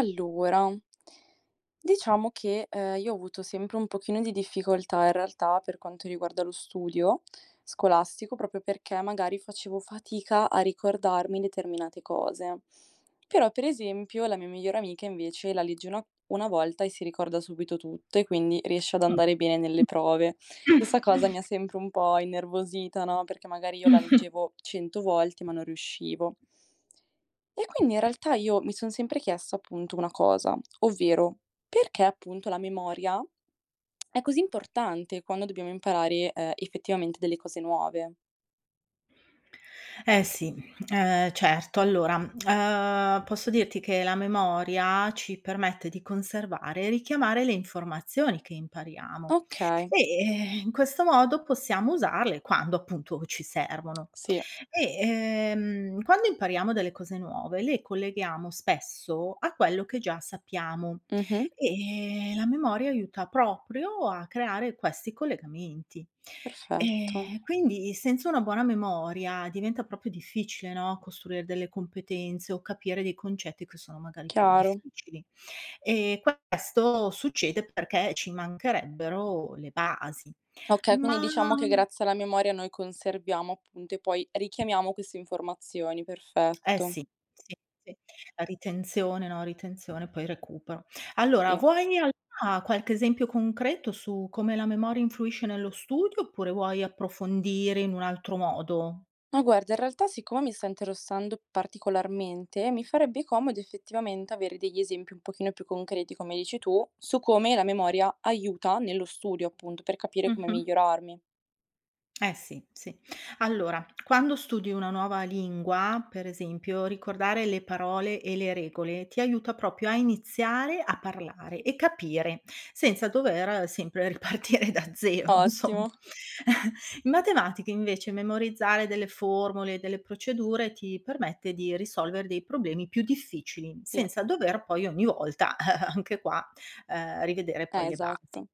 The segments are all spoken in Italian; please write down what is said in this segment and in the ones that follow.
Allora, diciamo che, io ho avuto sempre un pochino di difficoltà in realtà per quanto riguarda lo studio scolastico, proprio perché magari facevo fatica a ricordarmi determinate cose. Però per esempio la mia migliore amica invece la leggi una volta e si ricorda subito tutto e quindi riesce ad andare bene nelle prove. Questa cosa mi ha sempre un po' innervosita, no, perché magari io la leggevo 100 volte ma non riuscivo. E quindi in realtà io mi son sempre chiesta appunto una cosa, ovvero: perché appunto la memoria è così importante quando dobbiamo imparare, effettivamente delle cose nuove? Eh sì, certo. Posso dirti che la memoria ci permette di conservare e richiamare le informazioni che impariamo. Okay, E, In questo modo possiamo usarle quando appunto ci servono. sì, E, Quando impariamo delle cose nuove le colleghiamo spesso a quello che già sappiamo mh-mh, e la memoria aiuta proprio a creare questi collegamenti. perfetto, Quindi senza una buona memoria diventa proprio difficile, no, costruire delle competenze o capire dei concetti che sono magari più chiaro. difficili. E questo succede perché ci mancherebbero le basi. Okay, quindi Ma diciamo che mhmm, grazie alla memoria noi conserviamo appunto e poi richiamiamo queste informazioni, eh perfetto, sì, sì, sì, ritenzione, no, ritenzione, poi recupero. Allora, sì. vuoi allora qualche esempio concreto su come la memoria influisce nello studio, oppure vuoi approfondire in un altro modo? Ma guarda, in realtà siccome mi sta interessando particolarmente, mi farebbe comodo effettivamente avere degli esempi un pochino più concreti, come dici tu, su come la memoria aiuta nello studio, appunto, per capire come Mh-mh. migliorarmi. Eh sì, sì. Allora, quando studi una nuova lingua, per esempio, ricordare le parole e le regole ti aiuta proprio a iniziare a parlare e capire, senza dover sempre ripartire da zero, insomma. Ottimo. In matematica, invece, memorizzare delle formule e delle procedure ti permette di risolvere dei problemi più difficili, Sì, senza dover poi ogni volta, anche qua, rivedere poi le basi. esatto.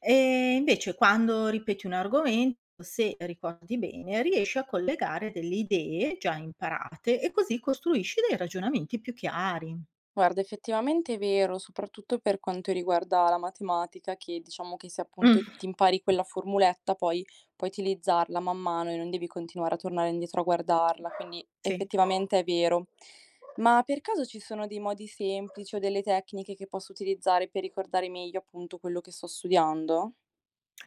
E invece quando ripeti un argomento, se ricordi bene, riesci a collegare delle idee già imparate e così costruisci dei ragionamenti più chiari. Guarda, effettivamente è vero, soprattutto per quanto riguarda la matematica, che diciamo che se appunto Mh, ti impari quella formuletta, poi puoi utilizzarla man mano e non devi continuare a tornare indietro a guardarla, quindi sì. effettivamente è vero. Ma per caso ci sono dei modi semplici o delle tecniche che posso utilizzare per ricordare meglio appunto quello che sto studiando?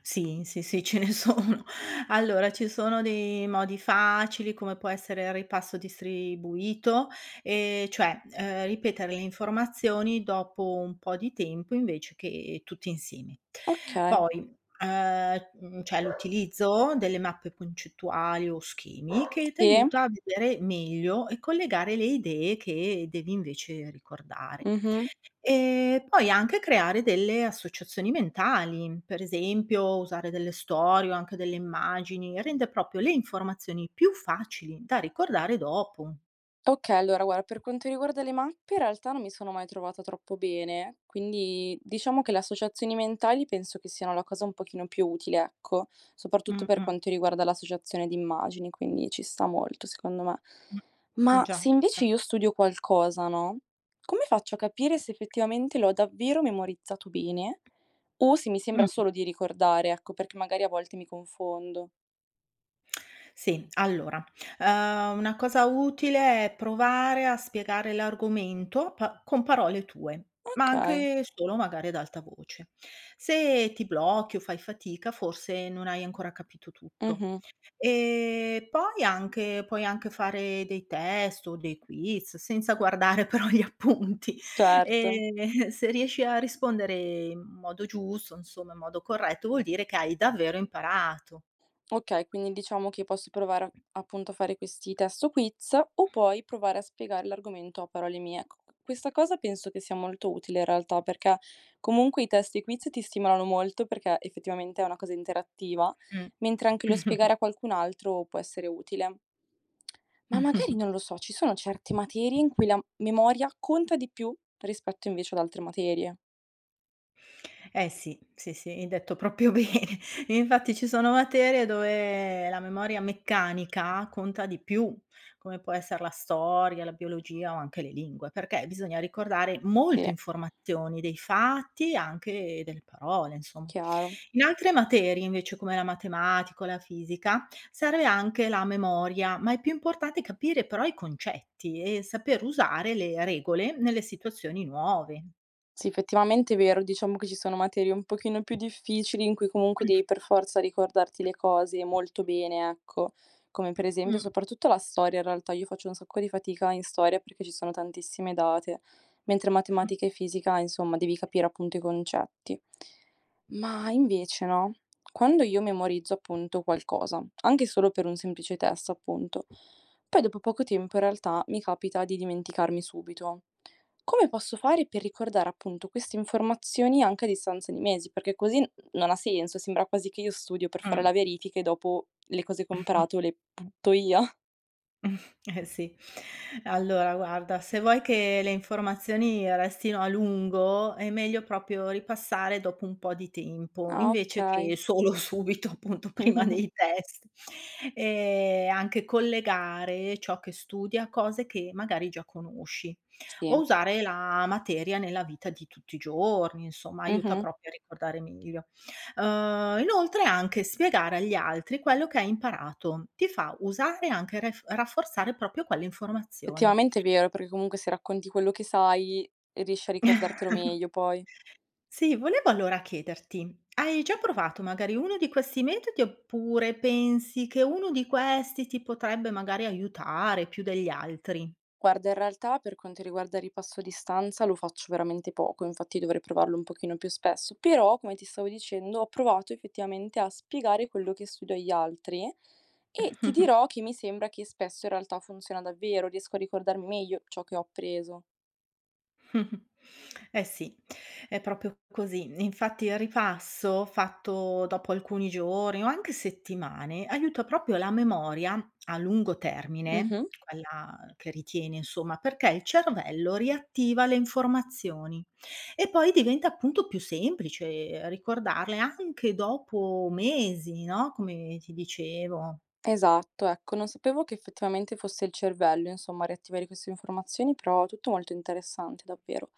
Sì, sì, sì, ce ne sono. Allora, ci sono dei modi facili, come può essere il ripasso distribuito, cioè, ripetere le informazioni dopo un po' di tempo invece che tutti insieme. Ok, Poi, c'è l'utilizzo delle mappe concettuali o schemi che sì, t'aiuta a vedere meglio e collegare le idee che devi invece ricordare. mhm. E poi anche creare delle associazioni mentali, per esempio usare delle storie o anche delle immagini, rende proprio le informazioni più facili da ricordare dopo. Okay, allora guarda, per quanto riguarda le mappe in realtà non mi sono mai trovata troppo bene, quindi diciamo che le associazioni mentali penso che siano la cosa un pochino più utile, ecco, soprattutto Mh, per mh, quanto riguarda l'associazione di immagini, quindi ci sta molto secondo me. mh. Ma Già, se invece già. io studio qualcosa, no, come faccio a capire se effettivamente l'ho davvero memorizzato bene o se mi sembra Mh. solo di ricordare, ecco, perché magari a volte mi confondo. Sì, allora, una cosa utile è provare a spiegare l'argomento pa con parole tue, ma Okay. anche solo magari ad alta voce. Se ti blocchi o fai fatica, forse non hai ancora capito tutto. Mh-mh. E poi anche puoi anche fare dei test o dei quiz, senza guardare però gli appunti. E Certo. se riesci a rispondere in modo giusto, insomma in modo corretto, vuol dire che hai davvero imparato. Okay, quindi diciamo che posso provare a appunto a fare questi test o quiz o poi provare a spiegare l'argomento a parole mie. Ecco, questa cosa penso che sia molto utile in realtà, perché comunque i test e i quiz ti stimolano molto perché effettivamente è una cosa interattiva, Mh. mentre anche lo spiegare a qualcun altro può essere utile. Ma magari, non lo so, ci sono certe materie in cui la memoria conta di più rispetto invece ad altre materie. Eh sì, sì, sì, hai detto proprio bene. Infatti ci sono materie dove la memoria meccanica conta di più, come può essere la storia, la biologia o anche le lingue, perché bisogna ricordare Sì, molte informazioni dei fatti, e anche delle parole, insomma. chiaro. In altre materie, invece, come la matematica o la fisica, serve anche la memoria, ma è più importante capire però i concetti e saper usare le regole nelle situazioni nuove. Sì, effettivamente è vero. Diciamo che ci sono materie un pochino più difficili in cui comunque devi per forza ricordarti le cose molto bene, ecco. Come per esempio Mh. soprattutto la storia, in realtà io faccio un sacco di fatica in storia perché ci sono tantissime date, mentre matematica e fisica, insomma, devi capire appunto i concetti. Ma invece no, quando io memorizzo appunto qualcosa, anche solo per un semplice test appunto, poi dopo poco tempo in realtà mi capita di dimenticarmi subito. Come posso fare per ricordare appunto queste informazioni anche a distanza di mesi? Perché così n non ha senso, sembra quasi che io studio per fare Mh-mh. la verifica e dopo le cose comprato le butto via. Eh sì. Allora guarda, se vuoi che le informazioni restino a lungo, è meglio proprio ripassare dopo un po' di tempo, Ah, invece che okay. solo subito, appunto, prima dei test. E anche collegare ciò che studi a cose che magari già conosci, o Sì. usare la materia nella vita di tutti i giorni, insomma, aiuta Mh-mh. proprio a ricordare meglio. Inoltre anche spiegare agli altri quello che hai imparato ti fa usare e anche ref rafforzare proprio quelle informazioni. Effettivamente è vero, perché comunque se racconti quello che sai, riesci a ricordartelo meglio poi. Sì, volevo allora chiederti: hai già provato magari uno di questi metodi, oppure pensi che uno di questi ti potrebbe magari aiutare più degli altri? Guarda, in realtà per quanto riguarda il ripasso di stanza lo faccio veramente poco, infatti dovrei provarlo un pochino più spesso, però come ti stavo dicendo ho provato effettivamente a spiegare quello che studio agli altri e ti dirò che mi sembra che spesso in realtà funziona davvero, riesco a ricordarmi meglio ciò che ho appreso. Eh sì, è proprio così. Infatti il ripasso fatto dopo alcuni giorni o anche settimane aiuta proprio la memoria a lungo termine, Mhm. quella che ritiene insomma, perché il cervello riattiva le informazioni e poi diventa appunto più semplice ricordarle anche dopo mesi, no, come ti dicevo. Esatto, ecco, non sapevo che effettivamente fosse il cervello, insomma, a riattivare queste informazioni, però tutto molto interessante, davvero.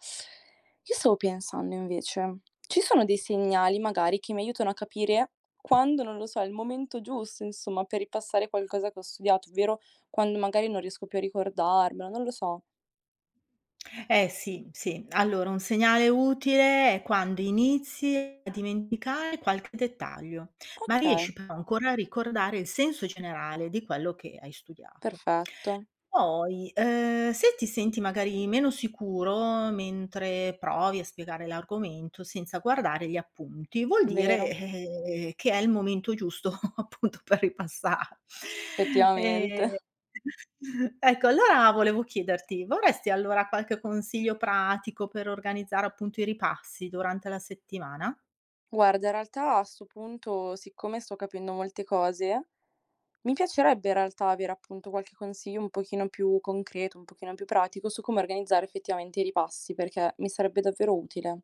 Io stavo pensando invece, ci sono dei segnali magari che mi aiutano a capire quando, non lo so, è il momento giusto, insomma, per ripassare qualcosa che ho studiato, ovvero quando magari non riesco più a ricordarmelo, non lo so. Eh sì, sì. Allora, un segnale utile è quando inizi a dimenticare qualche dettaglio, ma Ok, riesci però ancora a ricordare il senso generale di quello che hai studiato. perfetto, Poi, se ti senti magari meno sicuro mentre provi a spiegare l'argomento senza guardare gli appunti, vuol dire, vero, ehm, che è il momento giusto appunto per ripassare. Ehm, effettivamente. ecco allora volevo chiederti, vorresti allora qualche consiglio pratico per organizzare appunto i ripassi durante la settimana? Guarda, in realtà a 'sto punto, siccome sto capendo molte cose, mi piacerebbe in realtà avere appunto qualche consiglio un pochino più concreto, un pochino più pratico su come organizzare effettivamente i ripassi, perché mi sarebbe davvero utile.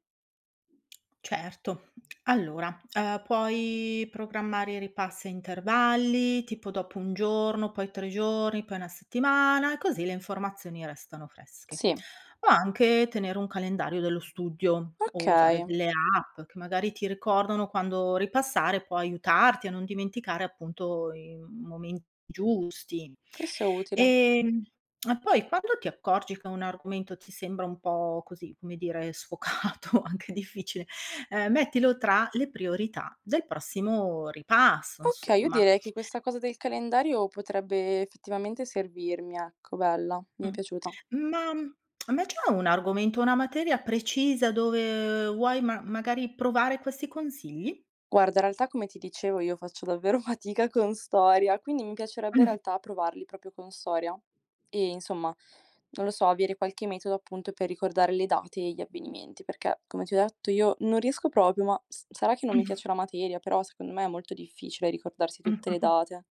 Certo. Allora, puoi programmare i ripassi a intervalli, tipo dopo 1 giorno, poi 3 giorni, poi 1 settimana e così le informazioni restano fresche. Sì, O anche tenere un calendario dello studio o usare okay, delle app che magari ti ricordano quando ripassare, può aiutarti a non dimenticare appunto i momenti giusti. questo è utile. Ehm, e poi quando ti accorgi che un argomento ti sembra un po' così, come dire, sfocato, anche difficile, mettilo tra le priorità del prossimo ripasso, Okay, io insomma. direi che questa cosa del calendario potrebbe effettivamente servirmi, ecco, bella, mi è Mh. piaciuta. Ma, mhmm, ma c'è un argomento, una materia precisa dove vuoi ma magari provare questi consigli? Guarda, in realtà come ti dicevo io faccio davvero fatica con storia, quindi mi piacerebbe in realtà provarli proprio con storia e insomma, non lo so, avere qualche metodo appunto per ricordare le date e gli avvenimenti, perché come ti ho detto io non riesco proprio, ma s- sarà che non mi Mh, piace la materia, però secondo me è molto difficile ricordarsi tutte le mh. date.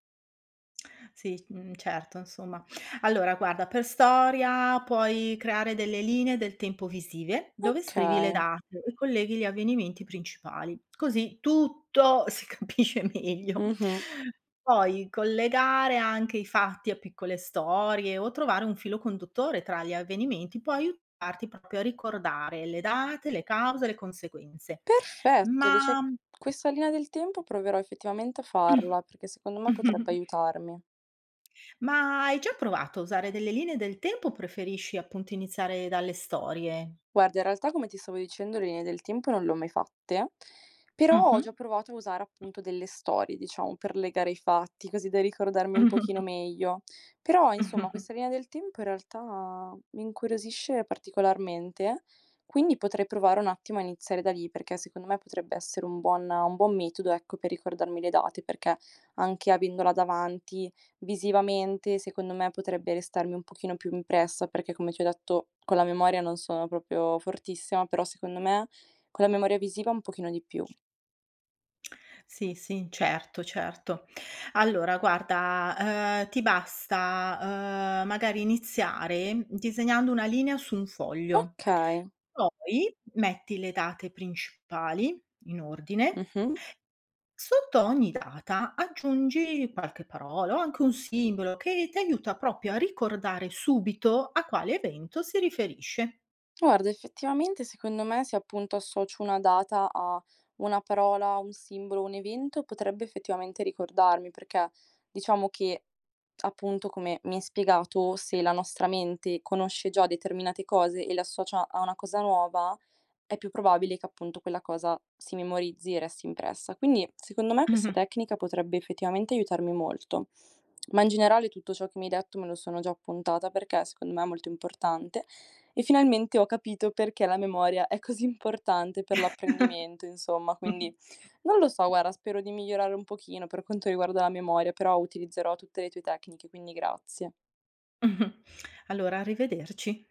Sì, certo, insomma. Allora guarda, per storia puoi creare delle linee del tempo visive, dove Ok, scrivi le date e colleghi gli avvenimenti principali, così tutto si capisce meglio. mhm. Poi collegare anche i fatti a piccole storie o trovare un filo conduttore tra gli avvenimenti può aiutarti proprio a ricordare le date, le cause, le conseguenze. Perfetto, Ma dice questa linea del tempo proverò effettivamente a farla, perché secondo me potrebbe aiutarmi. ma hai già provato a usare delle linee del tempo o preferisci appunto iniziare dalle storie? Guarda, in realtà come ti stavo dicendo le linee del tempo non le ho mai fatte, però ho Mh-mh. già provato a usare appunto delle storie, diciamo, per legare i fatti, così da ricordarmi un pochino meglio. Però, insomma, questa linea del tempo in realtà mi incuriosisce particolarmente, quindi potrei provare un attimo a iniziare da lì, perché secondo me potrebbe essere un buon metodo, ecco, per ricordarmi le date, perché anche avendola davanti visivamente, secondo me, potrebbe restarmi un pochino più impressa, perché come ti ho detto con la memoria non sono proprio fortissima, però secondo me con la memoria visiva un pochino di più. Sì, sì, certo, certo. Allora guarda, ti basta magari iniziare disegnando una linea su un foglio, Okay, poi metti le date principali in ordine. mh-mh. Sotto ogni data aggiungi qualche parola o anche un simbolo che ti aiuta proprio a ricordare subito a quale evento si riferisce. Guarda, effettivamente secondo me se appunto associo una data a una parola, un simbolo, un evento, potrebbe effettivamente ricordarmi, perché diciamo che, appunto, come mi hai spiegato, se la nostra mente conosce già determinate cose e le associa a una cosa nuova, è più probabile che appunto quella cosa si memorizzi e resti impressa. Quindi secondo me questa tecnica potrebbe effettivamente aiutarmi molto. Ma in generale tutto ciò che mi hai detto me lo sono già appuntata perché secondo me è molto importante e finalmente ho capito perché la memoria è così importante per l'apprendimento, insomma. Quindi non lo so, guarda, spero di migliorare un pochino per quanto riguarda la memoria, però utilizzerò tutte le tue tecniche, quindi grazie. Allora, arrivederci.